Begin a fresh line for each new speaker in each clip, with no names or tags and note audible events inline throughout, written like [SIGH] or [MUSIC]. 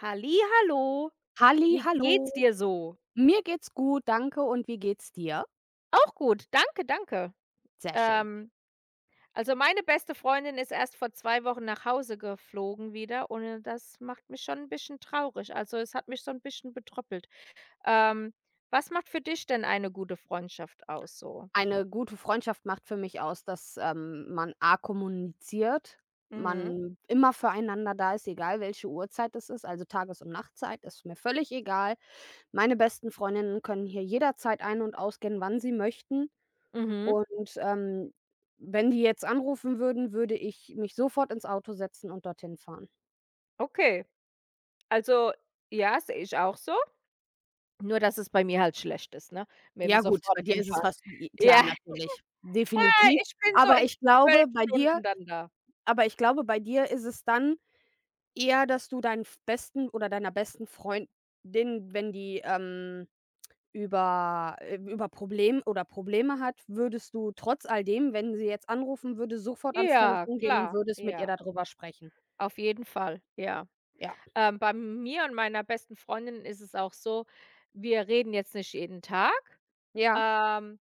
Hallihallo,
Halli,
wie geht's
hallo.
dir so?
Mir geht's gut, danke und wie geht's dir?
Auch gut, danke, danke.
Sehr schön.
Ähm, also, meine beste Freundin ist erst vor 2 Wochen nach Hause geflogen wieder , und das macht mich schon ein bisschen traurig. Also, es hat mich so ein bisschen betröppelt. Ähm, Was macht für dich denn eine gute Freundschaft aus so?
Eine gute Freundschaft macht für mich aus, dass, man A kommuniziert,
Mhm.
man immer füreinander da ist, egal welche Uhrzeit es ist, also Tages und Nachtzeit ist mir völlig egal. Meine besten Freundinnen können hier jederzeit ein und ausgehen, wann sie möchten
Mhm,
und, wenn die jetzt anrufen würden, würde ich mich sofort ins Auto setzen und dorthin fahren.
okay. Also, ja, sehe ich auch so, nur dass es bei mir halt schlecht ist, ne, mit'm
Ja gut,
sofort
bei dir ist es
hinfahren.
fast i klar,
Ja, [LAUGHS]
natürlich,
ah,
definitiv.
ich bin so
Aber
in
ich
12
glaube, bei dir
Stunden dann da.
aber ich glaube, bei dir ist es dann eher, dass du deinen f besten oder deiner besten Freundin, wenn die, über Problem oder Probleme hat, würdest du trotz all dem, wenn sie jetzt anrufen würde, sofort ans
Ja,
Telefon gehen und
klar,
würdest mit ihr
ja,
da drüber sprechen?
auf jeden Fall, ja.
Ja.
Bei mir und meiner besten Freundin ist es auch so, wir reden jetzt nicht jeden Tag,
Ja,
ähm,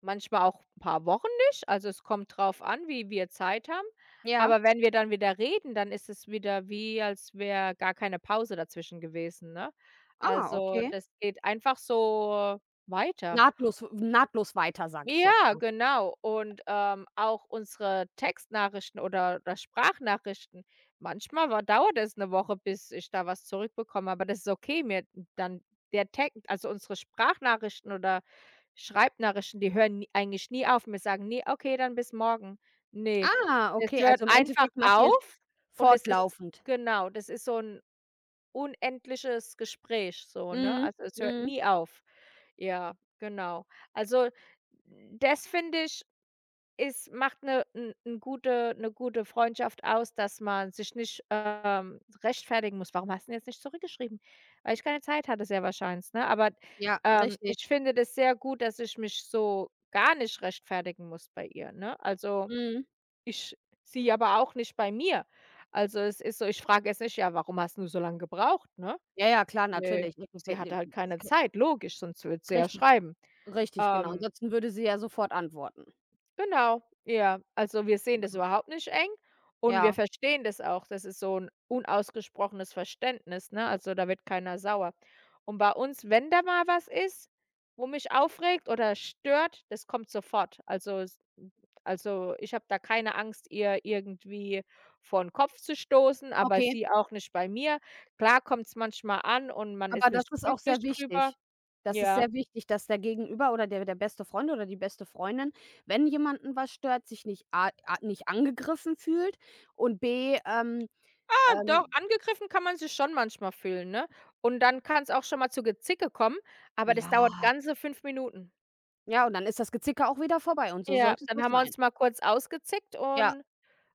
manchmal auch ein paar Wochen nicht. Also, es kommt drauf an, wie wir Zeit haben.
ja.
Aber wenn wir dann wieder reden, dann ist es wieder, wie als wäre gar keine Pause dazwischen gewesen, ne?
Ah,
Also,
okay.
das geht einfach so weiter.
Nahtlos weiter, sage ich jetzt
Ja,
mal.
genau. Und auch unsere Textnachrichten oder Sprachnachrichten. Manchmal war dauert es eine Woche, bis ich da was zurückbekomme, aber das ist okay. Mir dann der Text, also unsere Sprachnachrichten oder Schreibnachrichten, die hören nie, eigentlich nie auf. Wir sagen nie: „Okay, dann bis morgen.“ Ne,
Ah,
es
okay,
hört
also im
einfach
Endeffekt macht ihr es
auf, und es ist,
fortlaufend.
genau, das ist so ein unendliches Gespräch so, ne?
Mhm,
Also, es hört
mhm.
nie auf. Ja, genau. Also, das finde ich, ist macht eine gute 'ne gute Freundschaft aus, dass man sich nicht, rechtfertigen muss: „Warum hast du denn jetzt nicht zurückgeschrieben?“ Weil ich keine Zeit hatte, sehr wahrscheinlich, ne? Aber,
Ja,
ähm, ich
richtig.
finde das sehr gut, dass ich mich so gar nicht rechtfertigen muss bei ihr, ne? Also,
Mhm.
ich, sie aber auch nicht bei mir. Also, es ist so, ich frage jetzt nicht: „Ja, warum hast du so lange gebraucht?“, ne?
Ja, ja, klar,
Ne,
natürlich.
sie hatte halt keine
[UNINTELLIGIBLE]
Zeit, logisch, sonst würde sie ja
Richtig,
schreiben.
Richtig, genau.
Ähm,
Ansonsten würde sie ja sofort antworten.
genau, ja. Also, wir sehen das überhaupt nicht eng, und wir
Ja,
verstehen das auch. Das ist so 'n unausgesprochenes Verständnis, ne? Also, da wird keiner sauer. Und bei uns, wenn da mal was ist, wo mich aufregt oder stört, das kommt sofort. Also, ich habe da keine Angst, ihr irgendwie vor 'n Kopf zu stoßen, aber
okay.
sie auch nicht bei mir. Klar kommt's manchmal an und man
Aber
ist
das
nicht
ist auch
glücklich
sehr
drüber.
wichtig. Das ist
Ja.
sehr wichtig, dass der Gegenüber oder der beste Freund oder die beste Freundin, wenn jemanden was stört, sich nicht A A nicht angegriffen fühlt und B,
Ja, doch,
ähm
angegriffen kann man sich schon manchmal fühlen, ne? Und dann kann es auch schon mal zu Gezicke kommen, aber das
ja,
dauert ganze 5 Minuten.
ja, und dann ist das Gezicke auch wieder vorbei und so
Ja,
sollte es
dann
auch
haben wir
sein.
uns mal kurz ausgezickt
Ja,
und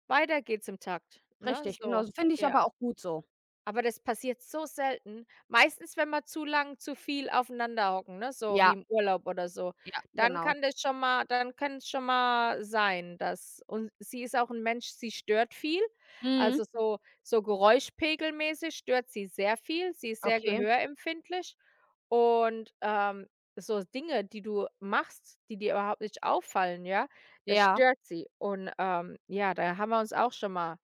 weiter geht's im Takt, ne,
richtig, genau.
so,
Finde ich
ja.
aber auch gut so.
Aber das passiert so selten. Meistens, wenn wir zu lang, zu viel aufeinander hocken, ne, so wie
Ja,
im Urlaub oder so,
ja, genau.
dann kann es schon mal sein, dass sie ist auch ein Mensch, sie stört viel.
Mhm.
Also, so geräuschpegelmäßig stört sie sehr viel. Sie ist sehr
Okay,
gehörempfindlich, und so Dinge, die du machst, die dir überhaupt nicht auffallen, ja, das
ja.
stört sie. Und ja, da haben wir uns auch schon mal,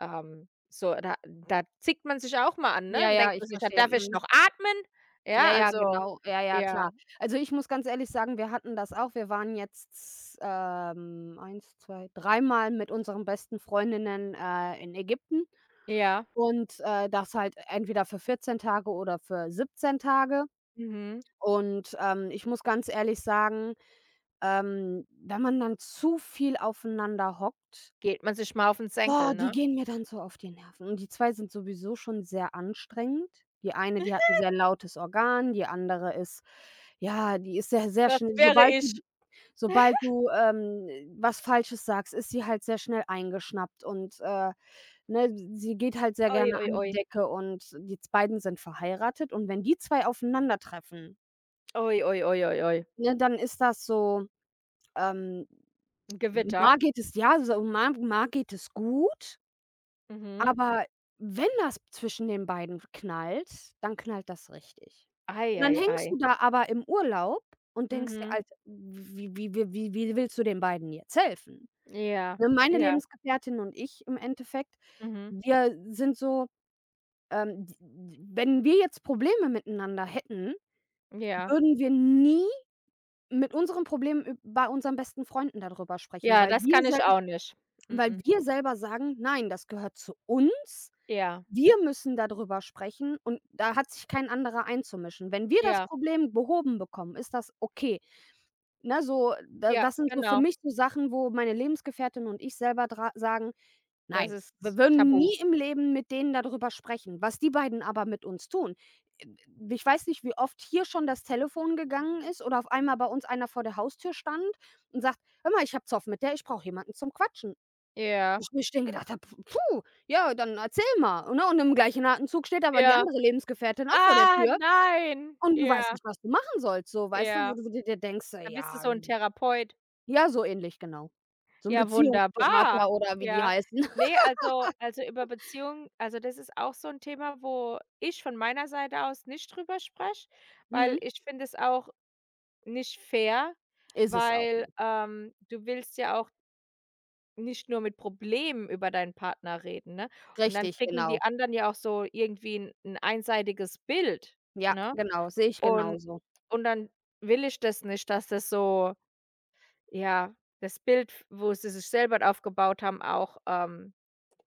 so, da zickt man sich auch mal an, ne?
Ja,
Dann
ja,
denkt
ich
man sich: „Na,
verstehe.
darf ich
Mhm.
noch atmen?“ Ja,
Ja, ja,
also,
genau. Ja, ja,
ja,
klar. Also, ich muss ganz ehrlich sagen, wir hatten das auch. Wir waren jetzt, 1, 2, dreimal mit unseren besten Freundinnen, in Ägypten
ja,
und, das halt entweder für 14 Tage oder für 17 Tage.
mhm.
Und, ich muss ganz ehrlich sagen, wenn man dann zu viel aufeinander hockt.
Geht man sich mal auf den
Boah,
Senkel,
die
ne?
gehen mir dann so auf die Nerven. Und die 2 sind sowieso schon sehr anstrengend. Die eine, die hat 'n sehr lautes Organ, die andere ist ja, die ist sehr, sehr
Das
schnell
wäre ich.
sobald du, was Falsches sagst, ist sie halt sehr schnell eingeschnappt und, ne, sie geht halt sehr
Ui,
gerne
ui,
an die
ui.
Decke und die z beiden sind verheiratet und wenn die 2 aufeinandertreffen,
Ui, ui, ui, ui, ui.
ne, dann ist das so, ähm,
'N Gewitter?
mal geht es ja, mal geht es gut.
Mhm.
Aber wenn das zwischen den beiden knallt, dann knallt das richtig.
Ei,
Und dann
ei,
hängst
ei.
du da aber im Urlaub und denkst dir:
Mhm.
„Alter, wie willst du den beiden jetzt helfen?“
Ja,
Ne, meine
ja,
Lebensgefährtin und ich im Endeffekt,
mhm,
wir sind so, d d wenn wir jetzt Probleme miteinander hätten,
ja.
würden wir nie mit unseren Problemen üb bei unseren besten Freunden dadrüber sprechen,
Ja, das kann ich auch nicht. Mm,
weil
mm.
wir selber sagen: „Nein, das gehört zu uns.
Ja,
Wir müssen darüber sprechen und da hat sich kein anderer einzumischen. Wenn wir das
ja,
Problem behoben bekommen, ist das okay.“ Ne, so, da
ja,
das sind so für
genau.
mich so Sachen, wo meine Lebensgefährtin und ich selber dra sagen:
Das
„Nein,
ist
wir würden
tabu.
nie im Leben mit denen darüber sprechen.“ Was die beiden aber mit uns tun. Äh, ich weiß nicht, wie oft hier schon das Telefon gegangen ist oder auf einmal bei uns einer vor der Haustür stand und sagt: „Hör mal, ich habe Zoff mit der, ich brauche jemanden zum Quatschen“, wo
Ja,
ich mir schon gedacht habe: „Puh, ja, dann erzähl mal“, ne? Und im gleichen Atemzug steht aber die
ja.
andere Lebensgefährtin auch vor der
Ah,
Tür
nein.
und du weißt
Ja,
nicht, was du machen sollst, so, weißt du, wo
ja.
du dir denkst:
Da bist du
Ja,
so 'n
hm“,
Therapeut.
ja, so ähnlich, genau. So 'n
Ja, wunderbar.
Beziehungsberater oder wie die
Ja.
heißen. [LAUGHS]
Ne, also, über Beziehungen, also, das ist auch so 'n Thema, wo ich von meiner Seite aus nicht drüber spreche, weil
Mhm.
ich finde es auch nicht fair,
Ist es auch.
weil du willst ja auch nicht nur mit Problemen über deinen Partner reden, ne? Und dann
Richtig,
kriegen
genau.
die anderen ja auch so irgendwie 'n einseitiges Bild,
Ja,
ne?
genau, sehe ich
Und
genauso.
und dann will ich das nicht, dass das so. Ja, das Bild, f wo sie sich selber aufgebaut haben, auch,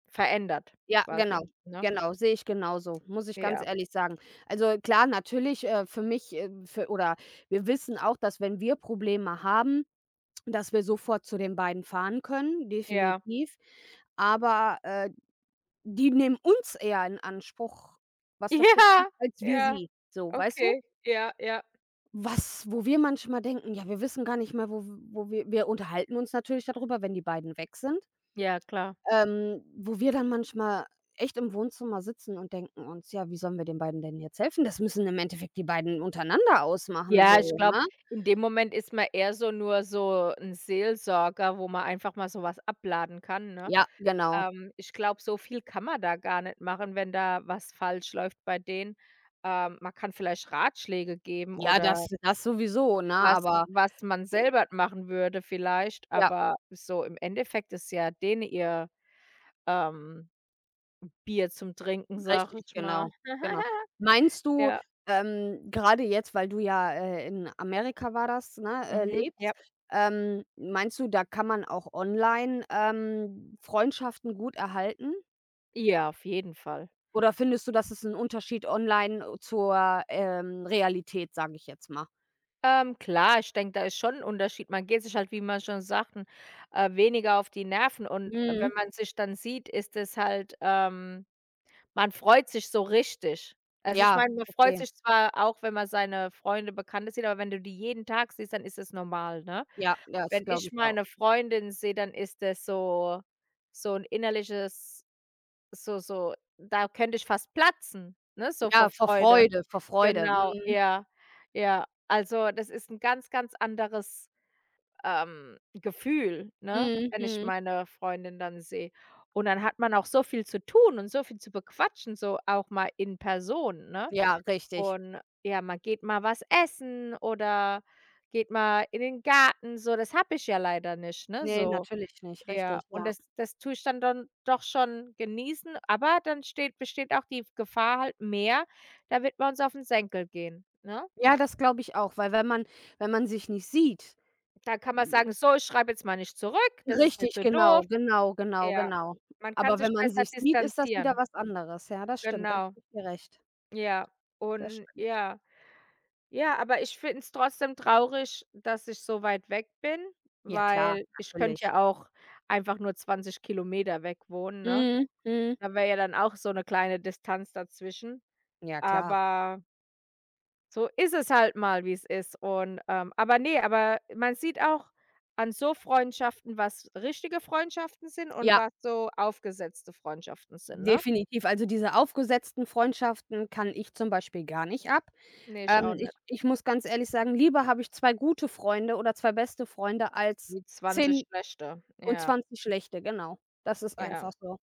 verändert
Ja, genau,
quasi, ne?
genau, sehe ich genauso, muss ich ganz
Ja,
ehrlich sagen. Also, klar, natürlich, für mich, für oder wir wissen auch, dass wenn wir Probleme haben, dass wir sofort zu den beiden fahren können,
ja. [LAUGHS]
definitiv. Aber, die nehmen uns eher in Anspruch, was das betrifft,
Ja,
als wir
ja,
sie. So, weißt du?
okay. Ja, ja.
Was wo wir manchmal denken: „Ja, wir wissen gar nicht mehr, wo wir“, wir unterhalten uns natürlich darüber, wenn die beiden weg sind,
Ja, klar.
wo wir dann manchmal echt im Wohnzimmer sitzen und denken uns: „Ja, wie sollen wir den beiden denn jetzt helfen?“ Das müssen im Endeffekt die beiden untereinander ausmachen
Ja, ich
so,
glaube,
ne?
in dem Moment ist man eher so, nur so ein Seelsorger, wo man einfach mal so was abladen kann, ne?
Ja, genau.
Ich glaube, so viel kann man da gar nicht machen, wenn da was falsch läuft bei denen. Man kann vielleicht Ratschläge geben,
Ja,
oder
das das sowieso, ne,
Was
aber
was man selber machen würde vielleicht,
ja.
aber so im Endeffekt ist ja denen ihr, ähm, Bier zum Trinken, sage
Richtig,
ich mal.
genau, genau.
[LAUGHS]
Meinst du,
Ja,
gerade jetzt, weil du ja, in Amerika war das, ne,
mhm, ja.
lebst, meinst du, da kann man auch online, Freundschaften gut erhalten?
Ja, auf jeden Fall.
Oder findest du, dass es ein Unterschied online zur, Realität, sage ich jetzt mal?
Klar, ich denke, da ist schon 'n Unterschied. Man geht sich halt, wie wir schon sagten, weniger auf die Nerven, und
Mhm.
wenn man sich dann sieht, ist es halt, man freut sich so richtig. Also, ich
Ja,
meine, man freut
okay.
sich zwar auch, wenn man seine Freunde, Bekannte sieht, aber wenn du die jeden Tag siehst, dann ist es normal, ne?
Ja, ja, das
Wenn
glaube
ich
ich auch.
meine Freundin sehe, dann ist das so, so 'n innerliches, so, so da könnte ich fast platzen, ne, so vor
Ja,
Freude.
Vor Freude.
Genau,
Mhm.
ja, ja. Also, das ist 'n ganz, ganz anderes, Gefühl, ne,
Mhm,
wenn ich
mhm.
meine Freundin dann sehe. Und dann hat man auch so viel zu tun und so viel zu bequatschen, so auch mal in Person, ne?
Ja, richtig.
Und ja, man geht mal was essen oder geht mal in den Garten, so. Das habe ich ja leider nicht, ne,
Ne,
so.
natürlich nicht.
Ja,
Richtig,
und
ja.
das tue ich dann, doch schon genießen, aber dann steht besteht auch die Gefahr halt mehr, da wird man uns auf 'n Senkel gehen, ne?
Ja, das glaube ich auch, weil wenn man wenn man sich nicht sieht.
Da kann man sagen: „So, ich schreibe jetzt mal nicht zurück, das ist mir
Richtig,
zu doof.“ Ja,
genau.
man kann
Aber
sich
wenn man
besser
sich sieht, ist das wieder
distanzieren.
was anderes. Ja, das stimmt, da gebe
Genau,
ich dir recht.
ja.
Das
Und
stimmt.
ja. Ja, aber ich finde es trotzdem traurig, dass ich so weit weg bin,
Ja klar,
weil ich könnte
natürlich.
ja auch einfach nur 20 Kilometer weg wohnen, ne?
Mhm, mhm.
Da wäre ja dann auch so 'ne kleine Distanz dazwischen.
Ja klar.
Aber so ist es halt mal, wie's ist, und, aber man sieht auch an so Freundschaften, was richtige Freundschaften sind und
Ja,
was so aufgesetzte Freundschaften sind, ne?
definitiv. Also, diese aufgesetzten Freundschaften kann ich zum Beispiel gar nicht ab.
Ne, ich auch nicht.
Ich muss ganz ehrlich sagen, lieber habe ich 2 gute Freunde oder 2 beste Freunde als
Die 20
10
schlechte.
und
Ja,
20 schlechte, genau. Das ist
ja.
einfach so.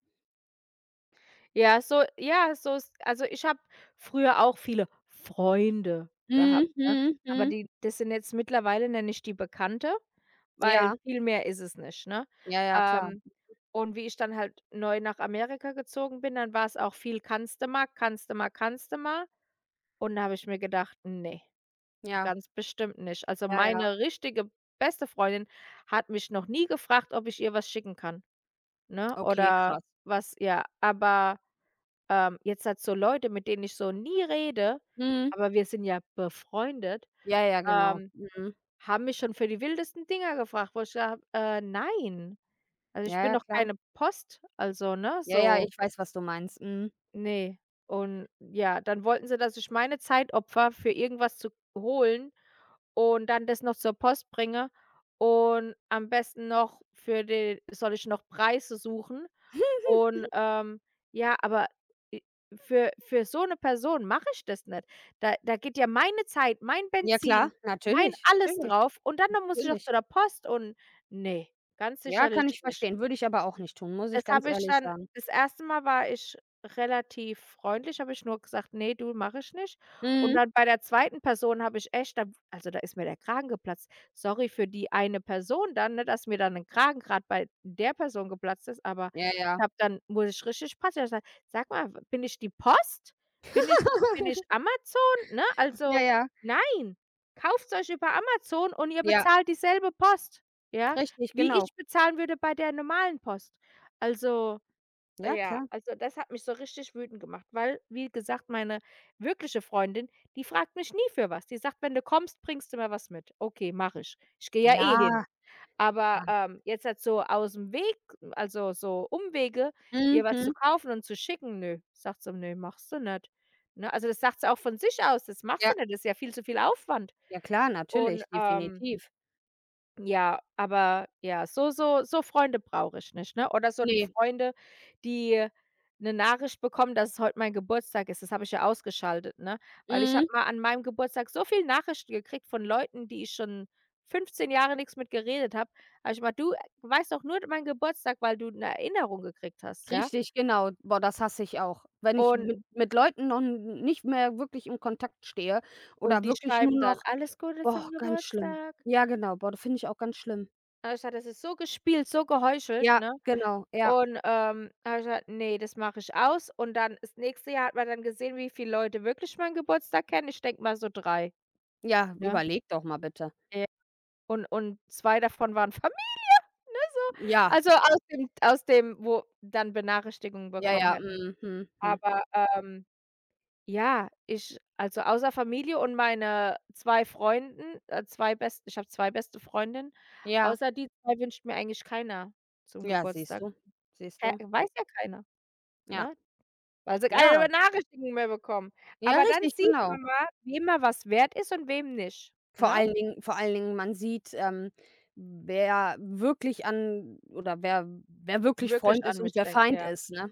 Ja, so ja, so ist also, ich habe früher auch viele Freunde gehabt, ne? Aber
Mhm.
die das sind jetzt mittlerweile, nenne ich die, Bekannte, weil
Ja,
viel mehr ist es nicht, ne?
ja, klar.
Ähm, und wie ich dann halt neu nach Amerika gezogen bin, dann war es auch viel: „Kannst du mal, kannst du mal, kannst du mal?“ Und da habe ich mir gedacht: „Nee,
Ja,
ganz bestimmt nicht.“ Also,
ja.
meine richtige beste Freundin hat mich noch nie gefragt, ob ich ihr was schicken kann, ne,
Okay,
oder
krass.
was, ja, aber, jetzt hat so Leute, mit denen ich so nie rede,
Mhm.
aber wir sind ja befreundet,
Ja, ja, genau.
ähm,
Mhm.
haben mich schon für die wildesten Dinger gefragt, wo ich sage: nein. Also, ich
Ja,
bin
ja,
doch
klar.
keine Post, also, ne,
Ja, ja,
so,
ich weiß, was du meinst. Mhm.
nee.“ Und ja, dann wollten sie, dass ich meine Zeit opfere, für irgendwas zu holen und dann das noch zur Post bringe und am besten noch für den soll ich noch Preise suchen, und, ja, aber, i für so eine Person mache ich das nicht. Da geht ja meine Zeit, mein
Ja klar,
Benzin, mein alles drauf, und dann noch muss ich noch
natürlich.
zu der Post, und nee, ganz
Ja,
sicherlich
kann ich
nicht.
verstehen, würde ich aber auch nicht tun, muss ich
Das
ganz
habe ich
ehrlich
dann,
sagen.
das erste Mal war ich relativ freundlich, habe ich nur gesagt: „Ne, du, mache ich nicht.“ Und
Mhm.
dann bei der zweiten Person habe ich echt da, also, da ist mir der Kragen geplatzt. Sorry für die eine Person dann, ne, dass mir dann 'n Kragen grad bei der Person geplatzt ist, aber
Ja, ja.
ich habe dann wurde ich richtig patzig. Habe ich gesagt: „Sag mal, bin ich die Post? Bin ich Bin ich Amazon, ne?
Ja,
Also,
ja.
nein, kauft euch über Amazon und ihr
Ja,
bezahlt dieselbe Post, ja,
richtig,
wie
genau.
ich bezahlen würde bei der normalen Post.“ Also,
Ja,
ja,
klar.
also, das hat mich so richtig wütend gemacht, weil, wie gesagt, meine wirkliche Freundin, die fragt mich nie für was. Die sagt: „Wenn du kommst, bringst du mir was mit.“ Okay, mache ich. Ich gehe ja eh
Ja.
hin. Aber jetzt halt so aus dem Weg, also, so Umwege, ihr was zu
Mhm.
kaufen und zu schicken, ne, sagt sie: „Ne, machst du nicht.“ Ne, also, das sagt sie auch von sich aus: „Das machst
Ja.
du nicht, das ist ja viel zu viel Aufwand.“
Ja klar,
Und,
natürlich,
ähm
definitiv.
ja, aber ja, so Freunde brauche ich nicht, ne? Oder so die
Ne.
Freunde, die eine Nachricht bekommen, dass es heute mein Geburtstag ist. Das habe ich ja ausgeschaltet, ne? Weil ich habe
Mhm.
mal an meinem Geburtstag so viel Nachrichten gekriegt von Leuten, die ich schon 15 Jahre nichts mit geredet habe. Also, ich gemeint: „Du, weißt doch nur meinen Geburtstag, weil du eine Erinnerung gekriegt hast, ja?“
Richtig, genau. Boah, das hasse ich auch. Wenn ich
Und
mit Leuten noch n nicht mehr wirklich im Kontakt stehe
und
oder
die
wirklich nur
schreiben dann:
noch,
„Alles Gute
boah,
zum
ganz schlimm.
Geburtstag.“
Ja, genau. Boah, das finde ich auch ganz schlimm.
Also ich gesagt: „Das ist so gespielt, so geheuchelt,
Ja,
ne?“
genau. Ja,
Und habe ich gesagt: „Ne, das mache ich aus.“ Und dann das nächste Jahr hat man dann gesehen, wie viele Leute wirklich meinen Geburtstag kennen. Ich denke mal so drei.
ja,
Ja.
überleg doch mal bitte.
Ja. Und 2 davon waren [LAUGHS] Familie so,
Ja,
also aus dem wo dann Benachrichtigungen
ja,
bekommen
ja,
hätten.
mhm.
Aber ja, ich, also, außer Familie und meine 2 Freunden, 2 best ich habe 2 beste Freundinnen.
Ja,
Außer die 2 wünscht mir eigentlich keiner zum
ja, siehst
Geburtstag.
du, siehst
Ke
du.
Weiß ja keiner,
Ja,
ne? Weil sie keine
ja,
Benachrichtigung mehr bekommen.
ja,
Aber dann
richtig,
sieht
genau.
man mal, wem mal was wert ist und wem nicht, ne?
Vor allen Dingen, man sieht, wer wirklich an oder wer wirklich
Wirklich
Freund ist
an
und
mich
wer
denkt,
Feind
ja.
ist, ne?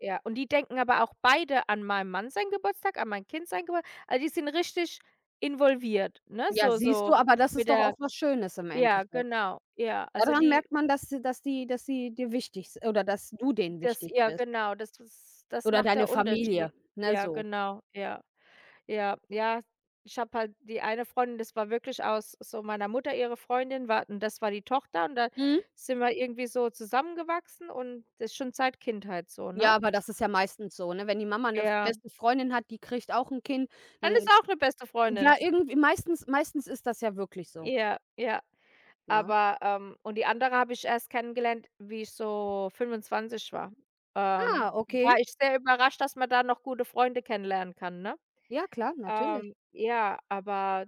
Ja, und die denken aber auch beide an meinen Mann seinen Geburtstag, an mein Kind seinen Geburtstag. Also, die sind richtig involviert, ne?
Ja,
So,
siehst du,
so
aber das
mit
ist doch
der,
auch was Schönes im
ja,
Endeffekt.
genau, ja. Also,
Daran
die
merkt man, dass sie dir wichtig s oder dass du denen
das,
wichtig
ja,
bist
genau, das das
oder
macht
deine
der
Familie,
Unterschied.
ne,
Ja,
so.
genau, ja. Ja, ja, ich habe halt die eine Freundin, das war wirklich aus, so meiner Mutter ihre Freundin war und das war die Tochter, und da
Mhm.
sind wir irgendwie so zusammengewachsen und das ist schon seit Kindheit so, ne?
Ja, aber das ist ja meistens so, ne? Wenn die Mama 'ne f
Ja,
beste Freundin hat, die kriegt auch 'n Kind,
dann ist
dann
auch eine beste
ja,
Freundin.
irgendwie meistens ist das ja wirklich so,
Ja, ja.
ne?
Aber und die andere habe ich erst kennengelernt, wie ich so 25 war.
Ah,
Ähm,
okay.
War ich sehr überrascht, dass man da noch gute Freunde kennenlernen kann, ne?
Ja, klar, natürlich.
Ja, aber,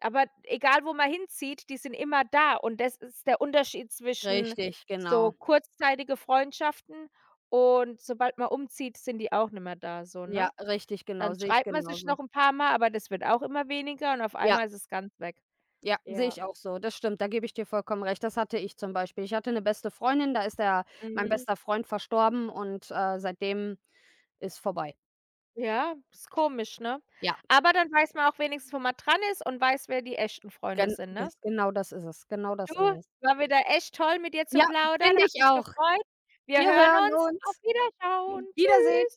Egal, wo man hinzieht, die sind immer da, und das ist der Unterschied zwischen
Richtig,
so
genau.
kurzzeitige Freundschaften, und sobald man umzieht, sind die auch nicht mehr da so,
Ja,
ne?
richtig, genau,
Dann
sehe ich
schreibt man sich
genauso.
noch 'n paar Mal, aber das wird auch immer weniger und auf
Ja.
einmal ist es ganz weg.
Ja, sehe
Ja.
ich auch so. Das stimmt, da gebe ich dir vollkommen recht. Das hatte ich zum Beispiel. Ich hatte eine beste Freundin, da ist der mein
Mhm.
bester Freund verstorben und, seitdem ist vorbei.
Ja, ist komisch, ne?
Ja,
Aber dann weiß man auch wenigstens, wo man dran ist und weiß, wer die echten Freunde sind, ne?
genau das ist es. Genau das
Du,
ist es.
war wieder echt toll, mit dir zu
Ja,
plaudern,
finde
hat
ich
mich
auch.
gefreut. Wir
Wir
hören
hören
uns. Auf
uns.
Wiederschauen. Tschü
Wiedersehen.